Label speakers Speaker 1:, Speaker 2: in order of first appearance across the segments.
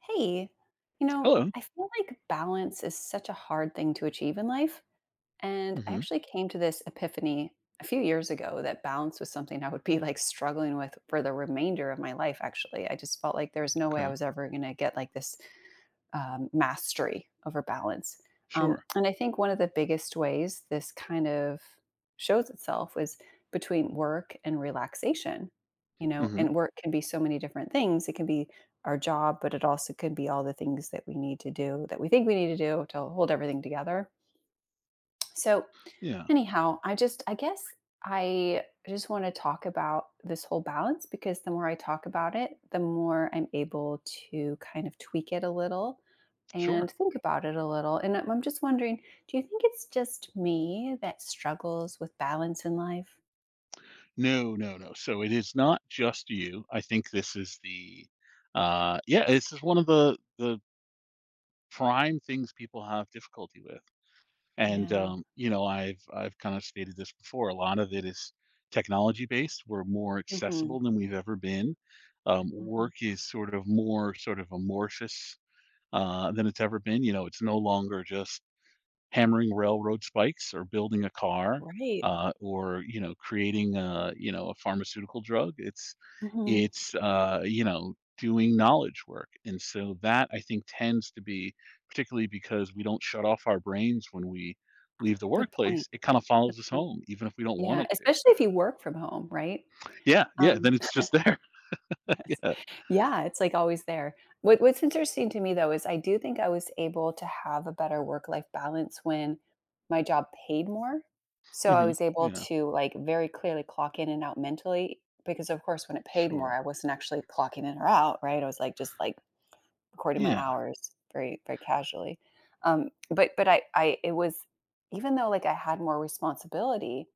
Speaker 1: Hey, you know,
Speaker 2: Hello.
Speaker 1: I feel like balance is such a hard thing to achieve in life. And I
Speaker 2: Mhm.
Speaker 1: actually came to this epiphany a few years ago that balance was something I would be like struggling with for the remainder of my life, actually. I just felt like there was no way I
Speaker 2: Okay.
Speaker 1: was ever going to get like this mastery over balance. Um,
Speaker 2: Sure.
Speaker 1: and I think one of the biggest ways this kind of shows itself is between work and relaxation. You know,
Speaker 2: Mhm.
Speaker 1: and work can be so many different things. It can be our job, but it also could be all the things that we need to do that we think we need to do to hold everything together. So
Speaker 2: Yeah.
Speaker 1: anyhow, I guess I just want to talk about this whole balance because the more I talk about it, the more I'm able to kind of tweak it a little
Speaker 2: Sure.
Speaker 1: and think about it a little. And I'm just wondering, do you think it's just me that struggles with balance in life?
Speaker 2: No, no, no. So it is not just you. I think this is this is one of the prime things people have difficulty with. And
Speaker 1: Yeah.
Speaker 2: I've kind of stated this before. A lot of it is technology based. We're more
Speaker 1: hmm
Speaker 2: accessible than we've ever been.
Speaker 1: hmm
Speaker 2: Work is sort of more sort of amorphous than it's ever been. It's no longer just hammering railroad spikes or building a car
Speaker 1: Right.
Speaker 2: or creating a you know a pharmaceutical drug. it's
Speaker 1: hmm
Speaker 2: it's doing knowledge work. And so that I think tends to be, particularly because we don't shut off our brains when we leave the
Speaker 1: Good point.
Speaker 2: workplace. It kind of
Speaker 1: Good
Speaker 2: follows us
Speaker 1: point.
Speaker 2: home even if we don't want
Speaker 1: Yeah,
Speaker 2: it to.
Speaker 1: especially if you work from home, right?
Speaker 2: Yeah, yeah,
Speaker 1: Um,
Speaker 2: then it's just there.
Speaker 1: Yes.
Speaker 2: Yeah.
Speaker 1: Yeah, it's, like, always there. What's interesting to me, though, is I do think I was able to have a better work-life balance when my job paid more. So I
Speaker 2: Hmm.
Speaker 1: was able
Speaker 2: Yeah.
Speaker 1: to, like, very clearly clock in and out mentally because, of course, when it paid more,
Speaker 2: Sure.
Speaker 1: I wasn't actually clocking in or out, right? I was, like, just, like, recording my
Speaker 2: Yeah.
Speaker 1: hours very, very casually. But I it was even though, like, I had more responsibility,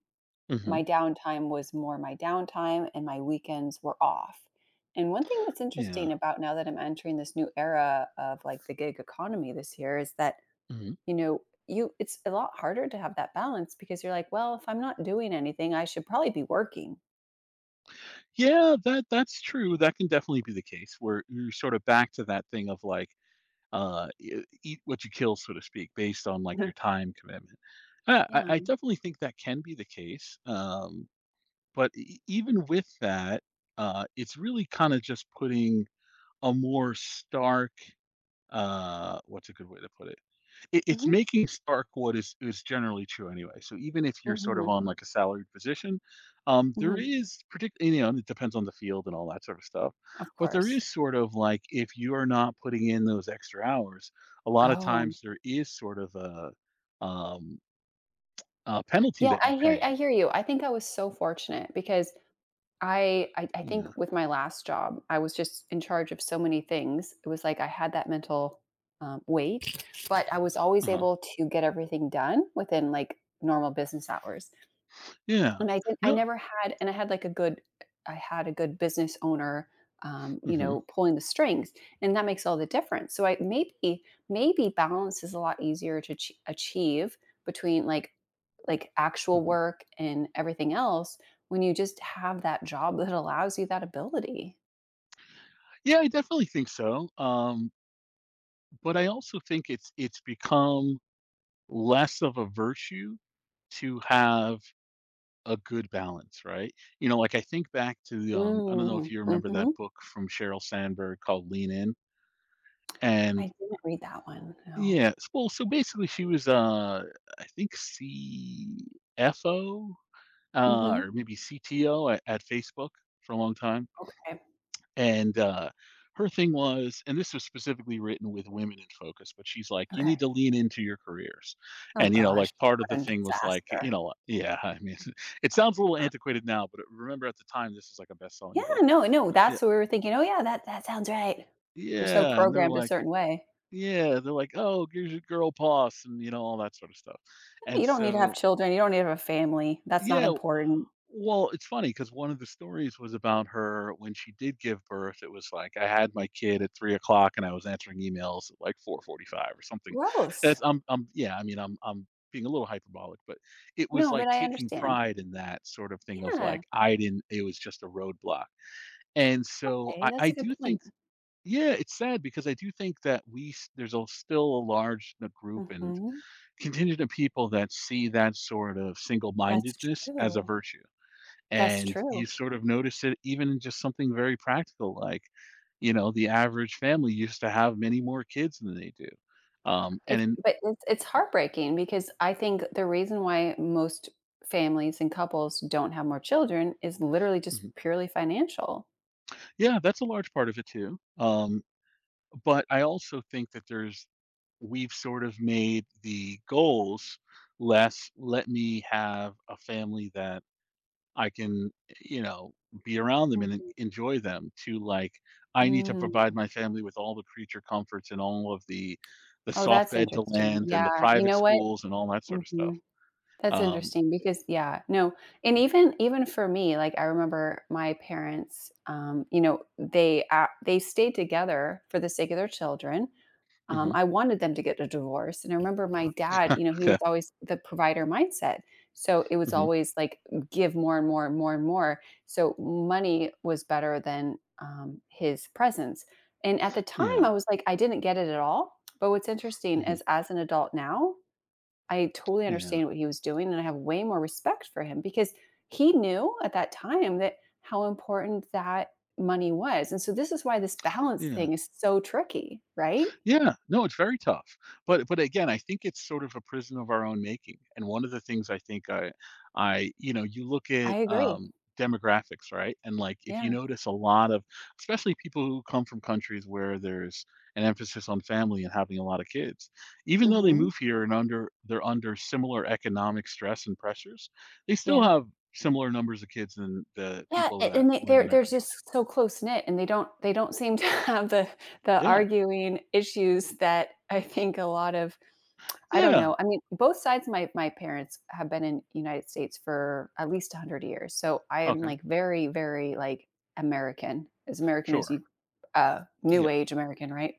Speaker 2: Hmm.
Speaker 1: my downtime was more my downtime and my weekends were off. And one thing that's
Speaker 2: Yeah.
Speaker 1: interesting about now that I'm entering this new era of like the gig economy this year is that,
Speaker 2: Mhm.
Speaker 1: you know, you it's a lot harder to have that balance because you're like, well, if I'm not doing anything, I should probably be working.
Speaker 2: Yeah, that's true. That can definitely be the case where you're sort of back to that thing of like eat what you kill, so to speak, based on like
Speaker 1: Mhm.
Speaker 2: your time commitment. I, I
Speaker 1: Yeah.
Speaker 2: I definitely think that can be the case. But even with that, it's really kind of just putting a more stark, uh, what's a good way to put it, it's
Speaker 1: hmm
Speaker 2: making stark what is generally true anyway. So even if you're sort of
Speaker 1: hmm
Speaker 2: on like a salaried position, there
Speaker 1: hmm
Speaker 2: is, particularly and it depends on the field and all that sort of stuff,
Speaker 1: Of
Speaker 2: but there
Speaker 1: course.
Speaker 2: is sort of like if you are not putting in those extra hours, a lot of
Speaker 1: Oh,
Speaker 2: times there is sort of um, a penalty
Speaker 1: yeah.
Speaker 2: that
Speaker 1: I
Speaker 2: you're
Speaker 1: hear. I
Speaker 2: paying.
Speaker 1: hear you. I think I was so fortunate because I think
Speaker 2: Yeah.
Speaker 1: with my last job, I was just in charge of so many things. It was like I had that mental weight, but I was always
Speaker 2: Uh-huh.
Speaker 1: able to get everything done within like normal business hours.
Speaker 2: Yeah.
Speaker 1: And I didn't I
Speaker 2: No.
Speaker 1: never had and I had, like, a good I had a good business owner, you
Speaker 2: Hmm.
Speaker 1: know, pulling the strings, and that makes all the difference. So I maybe maybe balance is a lot easier to ch achieve between, like, actual
Speaker 2: Hmm.
Speaker 1: work and everything else when you just have that job that allows you that ability.
Speaker 2: Yeah, I definitely think so. But I also think it's become less of a virtue to have a good balance, right? You know, like, I think back to, I don't know if
Speaker 1: Mm,
Speaker 2: you remember that
Speaker 1: mhm.
Speaker 2: book from Sheryl Sandberg called Lean In.
Speaker 1: I
Speaker 2: And,
Speaker 1: didn't read that one, no.
Speaker 2: yeah, s well, so basically she was, I think CFO,
Speaker 1: Mhm.
Speaker 2: or maybe CTO at Facebook for a long time.
Speaker 1: Okay,
Speaker 2: And her thing was, and this was specifically written with women in focus, but she's like, you need
Speaker 1: okay.
Speaker 2: to lean into your careers.
Speaker 1: Oh
Speaker 2: And, like
Speaker 1: gosh,
Speaker 2: part of the
Speaker 1: what a
Speaker 2: thing was like,
Speaker 1: disaster.
Speaker 2: yeah, I mean, it sounds a little antiquated now, but remember at the time, this was like a best
Speaker 1: Yeah,
Speaker 2: selling book.
Speaker 1: no, no,
Speaker 2: And, yeah.
Speaker 1: that's what we were thinking, "Oh, yeah, that that sounds right." You're so
Speaker 2: Yeah. And they were
Speaker 1: programmed a
Speaker 2: like,
Speaker 1: certain way.
Speaker 2: yeah, they're like, oh, here's your girl boss and, all that sort of stuff. And
Speaker 1: You don't need to have
Speaker 2: so,
Speaker 1: children, you don't need to have a family, that's not
Speaker 2: yeah,
Speaker 1: important.
Speaker 2: well, it's funny because one of the stories was about her when she did give birth. It was like, I had my kid at 3 o'clock and I was answering emails at like 4:45 or something.
Speaker 1: Gross.
Speaker 2: That's I'm yeah, I mean, I'm being a little hyperbolic, but it was
Speaker 1: No, but
Speaker 2: like
Speaker 1: I
Speaker 2: taking
Speaker 1: understand.
Speaker 2: pride in that sort of thing of
Speaker 1: Yeah,
Speaker 2: like, I didn't it was just a roadblock. And so
Speaker 1: okay,
Speaker 2: I,
Speaker 1: that's
Speaker 2: I
Speaker 1: a good
Speaker 2: do
Speaker 1: point.
Speaker 2: think, yeah, it's sad because I do think that there's still a large group and
Speaker 1: Mhm.
Speaker 2: contingent of people that see that sort of
Speaker 1: That's
Speaker 2: single-mindedness as
Speaker 1: true.
Speaker 2: a virtue,
Speaker 1: That's
Speaker 2: and
Speaker 1: true.
Speaker 2: you sort of notice it even in just something very practical, like, you know, the average family used to have many more kids than they do, and
Speaker 1: It's
Speaker 2: in—
Speaker 1: but it's heartbreaking because I think the reason why most families and couples don't have more children is literally just
Speaker 2: Mhm.
Speaker 1: purely financial.
Speaker 2: Yeah, that's a large part of it too, but I also think that there's we've sort of made the goals less "let me have a family that I can, you know, be around them and en
Speaker 1: Mhm.
Speaker 2: enjoy them" to, like, "I need to
Speaker 1: Mm.
Speaker 2: provide my family with all the creature comforts and all of the
Speaker 1: Oh,
Speaker 2: soft
Speaker 1: that's
Speaker 2: bed to
Speaker 1: interesting.
Speaker 2: land and the
Speaker 1: Yeah, you
Speaker 2: private
Speaker 1: know what?
Speaker 2: schools and all that sort of stuff."
Speaker 1: Mhm. That's
Speaker 2: Um
Speaker 1: interesting because yeah, no, and even for me, like I remember my parents, you know, they stayed together for the sake of their children.
Speaker 2: Mhm.
Speaker 1: I wanted them to get a divorce, and I remember my dad, you know, he was
Speaker 2: Okay.
Speaker 1: always the provider mindset. So it was
Speaker 2: Mhm.
Speaker 1: always like give more and more and more and more. So money was better than his presence. And at the time,
Speaker 2: Yeah.
Speaker 1: I was like, I didn't get it at all. But what's interesting
Speaker 2: Mhm.
Speaker 1: is, as an adult now, I totally
Speaker 2: Yeah.
Speaker 1: understand what he was doing, and I have way more respect for him because he knew at that time that how important that money was, and so this is why this balance
Speaker 2: Yeah.
Speaker 1: thing is so tricky, right?
Speaker 2: Yeah, no, it's very tough. But again, I think it's sort of a prison of our own making. And one of the things I think I you look
Speaker 1: I
Speaker 2: at,
Speaker 1: agree.
Speaker 2: demographics, right? And like, if you
Speaker 1: Yeah.
Speaker 2: notice, a lot of, especially, people who come from countries where there's an emphasis on family and having a lot of kids, even though they
Speaker 1: Mhm.
Speaker 2: move here and under they're under similar economic stress and pressures, they still
Speaker 1: Yeah.
Speaker 2: have similar numbers of kids than the
Speaker 1: Yeah,
Speaker 2: people
Speaker 1: a
Speaker 2: that
Speaker 1: and they
Speaker 2: live in their
Speaker 1: they're
Speaker 2: countries.
Speaker 1: just so close-knit, and they don't seem to have the
Speaker 2: Yeah.
Speaker 1: arguing issues that I think a lot of I don't
Speaker 2: Yeah.
Speaker 1: know. I mean, both sides of my parents have been in United States for at least 100 years, so I am,
Speaker 2: Okay.
Speaker 1: like, very, very, like, American as
Speaker 2: Sure.
Speaker 1: you new
Speaker 2: Yeah.
Speaker 1: age American, right?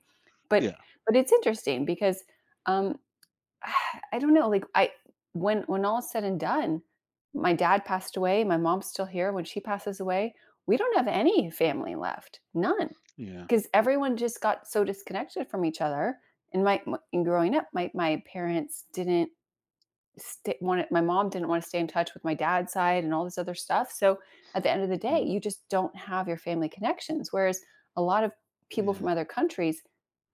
Speaker 1: But
Speaker 2: Yeah.
Speaker 1: but it's interesting because, um, I don't know, like, I when all is said and done, my dad passed away, my mom's still here, when she passes away, we don't have any family left, none,
Speaker 2: Yeah.
Speaker 1: because everyone just got so disconnected from each other, and my m and growing up, my parents didn't st wanna my mom didn't wanna stay in touch with my dad's side and all this other stuff, so at the end of the day,
Speaker 2: Hmm.
Speaker 1: you just don't have your family connections, whereas a lot of people from
Speaker 2: Yeah.
Speaker 1: other countries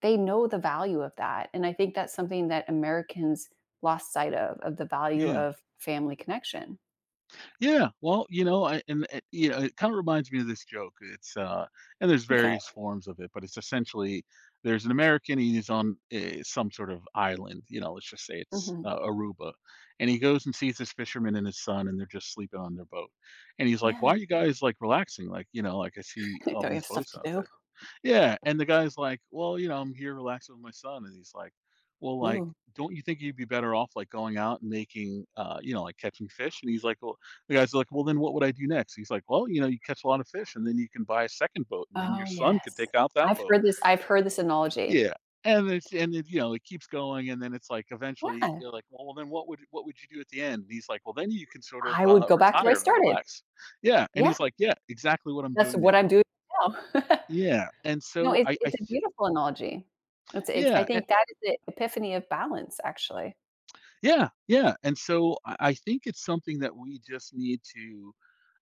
Speaker 1: they know the value of that, and I think that's something that Americans lost sight of the value
Speaker 2: Yeah.
Speaker 1: of family connection.
Speaker 2: Yeah, well, you know, I and it kind of reminds me of this joke. It's and there's
Speaker 1: Okay.
Speaker 2: various forms of it, but it's essentially there's an American. He's on some sort of island. Let's just say it's
Speaker 1: Mhm.
Speaker 2: Aruba, and he goes and sees this fisherman and his son, and they're just sleeping on their boat. And he's like, "Why
Speaker 1: Yeah.
Speaker 2: are you guys like relaxing? Like, you know, like I see all
Speaker 1: Don't you
Speaker 2: these
Speaker 1: have stuff
Speaker 2: boats
Speaker 1: to
Speaker 2: out
Speaker 1: do?
Speaker 2: there." Yeah, and the guy's like, "Well, you know, I'm here relaxing with my son," and he's like, "Well, like,
Speaker 1: Ooh.
Speaker 2: don't you think you'd be better off like going out and making, you know, like catching fish?" And he's like, "Well." The guy's like, "Well, then what would I do next?" He's like, "Well, you know, you catch a lot of fish, and then you can buy a second boat, and then your
Speaker 1: Oh,
Speaker 2: son could
Speaker 1: yes.
Speaker 2: take out that boat."
Speaker 1: I've heard this analogy.
Speaker 2: Yeah, and it it keeps going, and then it's like eventually
Speaker 1: Yeah.
Speaker 2: you're like, "Well, then what would you do at the end?" And he's like, "Well, then you can sort of,
Speaker 1: I would go back to where I
Speaker 2: retire and
Speaker 1: started.
Speaker 2: relax." Yeah, and
Speaker 1: Yeah,
Speaker 2: he's like, "Yeah, exactly what I'm
Speaker 1: that's
Speaker 2: doing
Speaker 1: what
Speaker 2: now."
Speaker 1: I'm doing now.
Speaker 2: Yeah, and
Speaker 1: No,
Speaker 2: so I
Speaker 1: it's a beautiful analogy. It's I
Speaker 2: yeah.
Speaker 1: think that is the epiphany of balance, actually.
Speaker 2: Yeah, yeah. And so I think it's something that we just need to,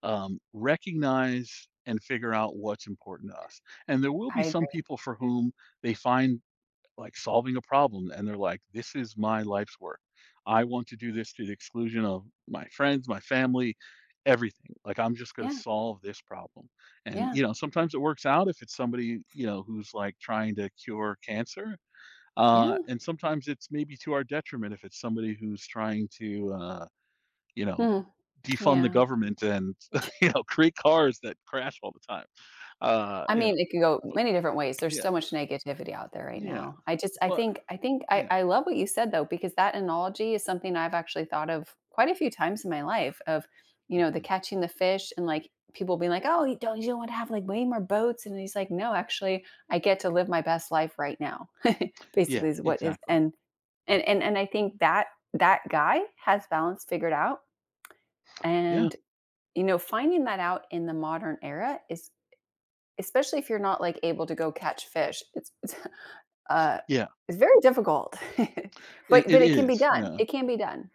Speaker 2: recognize and figure out what's important to us. And there will
Speaker 1: I
Speaker 2: be some
Speaker 1: agree.
Speaker 2: people for whom they find like solving a problem, and they're like, this is my life's work. I want to do this to the exclusion of my friends, my family, everything. Like, I'm just going
Speaker 1: Yeah,
Speaker 2: to solve this problem. And,
Speaker 1: yeah,
Speaker 2: you know, sometimes it works out if it's somebody, you know, who's like trying to cure cancer,
Speaker 1: yeah.
Speaker 2: and sometimes it's maybe to our detriment if it's somebody who's trying to, you know,
Speaker 1: Hmm,
Speaker 2: defund the
Speaker 1: yeah.
Speaker 2: government and you know create cars that crash all the time. Uh,
Speaker 1: I
Speaker 2: you know,
Speaker 1: mean, it could go
Speaker 2: but
Speaker 1: many different ways. There's
Speaker 2: yeah,
Speaker 1: so much negativity out there right
Speaker 2: yeah,
Speaker 1: now. I just I
Speaker 2: but
Speaker 1: think I think
Speaker 2: yeah.
Speaker 1: I love what you said though, because that analogy is something I've actually thought of quite a few times in my life of, you know, the
Speaker 2: Mhm.
Speaker 1: catching the fish and like people being like, "Oh, you don't want to have like way more boats." And he's like, "No, actually, I get to live my best life right now."
Speaker 2: Yeah,
Speaker 1: Basically is what is
Speaker 2: exactly.
Speaker 1: and I think that that guy has balance figured out
Speaker 2: Yeah,
Speaker 1: and you know, finding that out in the modern era is especially if you're not, like, able to go catch fish. It's, uh,
Speaker 2: yeah,
Speaker 1: it's very difficult.
Speaker 2: it,
Speaker 1: But
Speaker 2: it
Speaker 1: it can be
Speaker 2: is.
Speaker 1: done.
Speaker 2: Yeah.
Speaker 1: It can be done.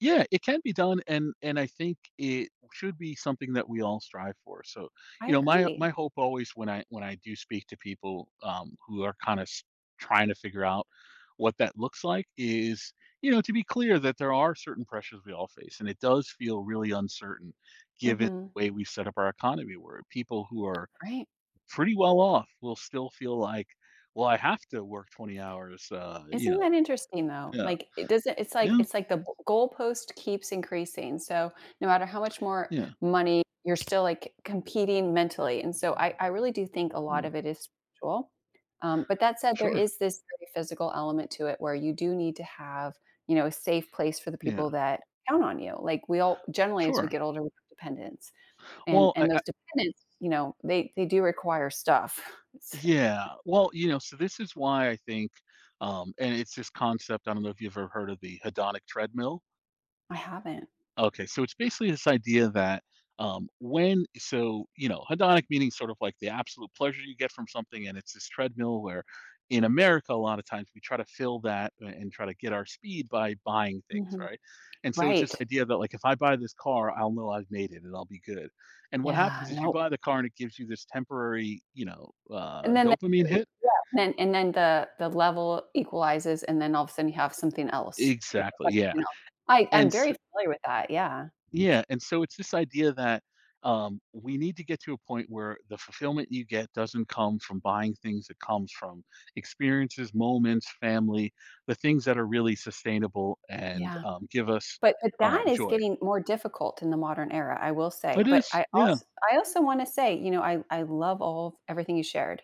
Speaker 2: Yeah, it can be done, and I think it should be something that we all strive for. So,
Speaker 1: I
Speaker 2: you know, my
Speaker 1: agree.
Speaker 2: hope always when I do speak to people, who are kind of trying to figure out what that looks like, is, to be clear that there are certain pressures we all face, and it does feel really uncertain given
Speaker 1: Mhm.
Speaker 2: the way we've set up our economy, where people who are
Speaker 1: Right.
Speaker 2: pretty well off will still feel like, well, I have to work 20 hours.
Speaker 1: Isn't that interesting though?
Speaker 2: Yeah,
Speaker 1: Like, it doesn't
Speaker 2: yeah,
Speaker 1: it's like the b goalpost keeps increasing, so no matter how much more
Speaker 2: yeah,
Speaker 1: money, you're still, like, competing mentally, and so I really do think a lot
Speaker 2: yeah,
Speaker 1: of it is spiritual, but that said, there
Speaker 2: sure,
Speaker 1: is this very physical element to it where you do need to have, you know, a safe place for the
Speaker 2: yeah,
Speaker 1: people that count on you, like, we all generally, as we
Speaker 2: sure.
Speaker 1: get older, we have dependents,
Speaker 2: Well,
Speaker 1: and
Speaker 2: I
Speaker 1: those dependents, you know, they do require stuff.
Speaker 2: yeah. Well, so this is why I think, and it's this concept, I don't know if you've ever heard of the hedonic treadmill.
Speaker 1: I haven't.
Speaker 2: Okay, so it's basically this idea that, when, so, hedonic meaning sort of like the absolute pleasure you get from something, and it's this treadmill where in America, a lot of times we try to fill that and try to get our speed by buying things,
Speaker 1: Mhm.
Speaker 2: right? And so it's this
Speaker 1: Right.
Speaker 2: idea that, like, if I buy this car, I'll know I've made it and I'll be good. And what
Speaker 1: Yeah,
Speaker 2: happens is you
Speaker 1: no.
Speaker 2: buy the car and it gives you this temporary,
Speaker 1: And then the
Speaker 2: dopamine hit.
Speaker 1: yeah, then and then the level equalizes, and then all of a sudden you have something else. You
Speaker 2: Exactly.
Speaker 1: have something
Speaker 2: Yeah.
Speaker 1: else. I'm
Speaker 2: And,
Speaker 1: very familiar with that, yeah.
Speaker 2: yeah, and so it's this idea that, we need to get to a point where the fulfillment you get doesn't come from buying things, it comes from experiences, moments, family, the things that are really sustainable and,
Speaker 1: Yeah.
Speaker 2: give us
Speaker 1: But that is
Speaker 2: joy.
Speaker 1: getting more difficult in the modern era, I will say.
Speaker 2: It
Speaker 1: But
Speaker 2: is, yeah.
Speaker 1: I also wanna say, you know, I love all of everything you shared.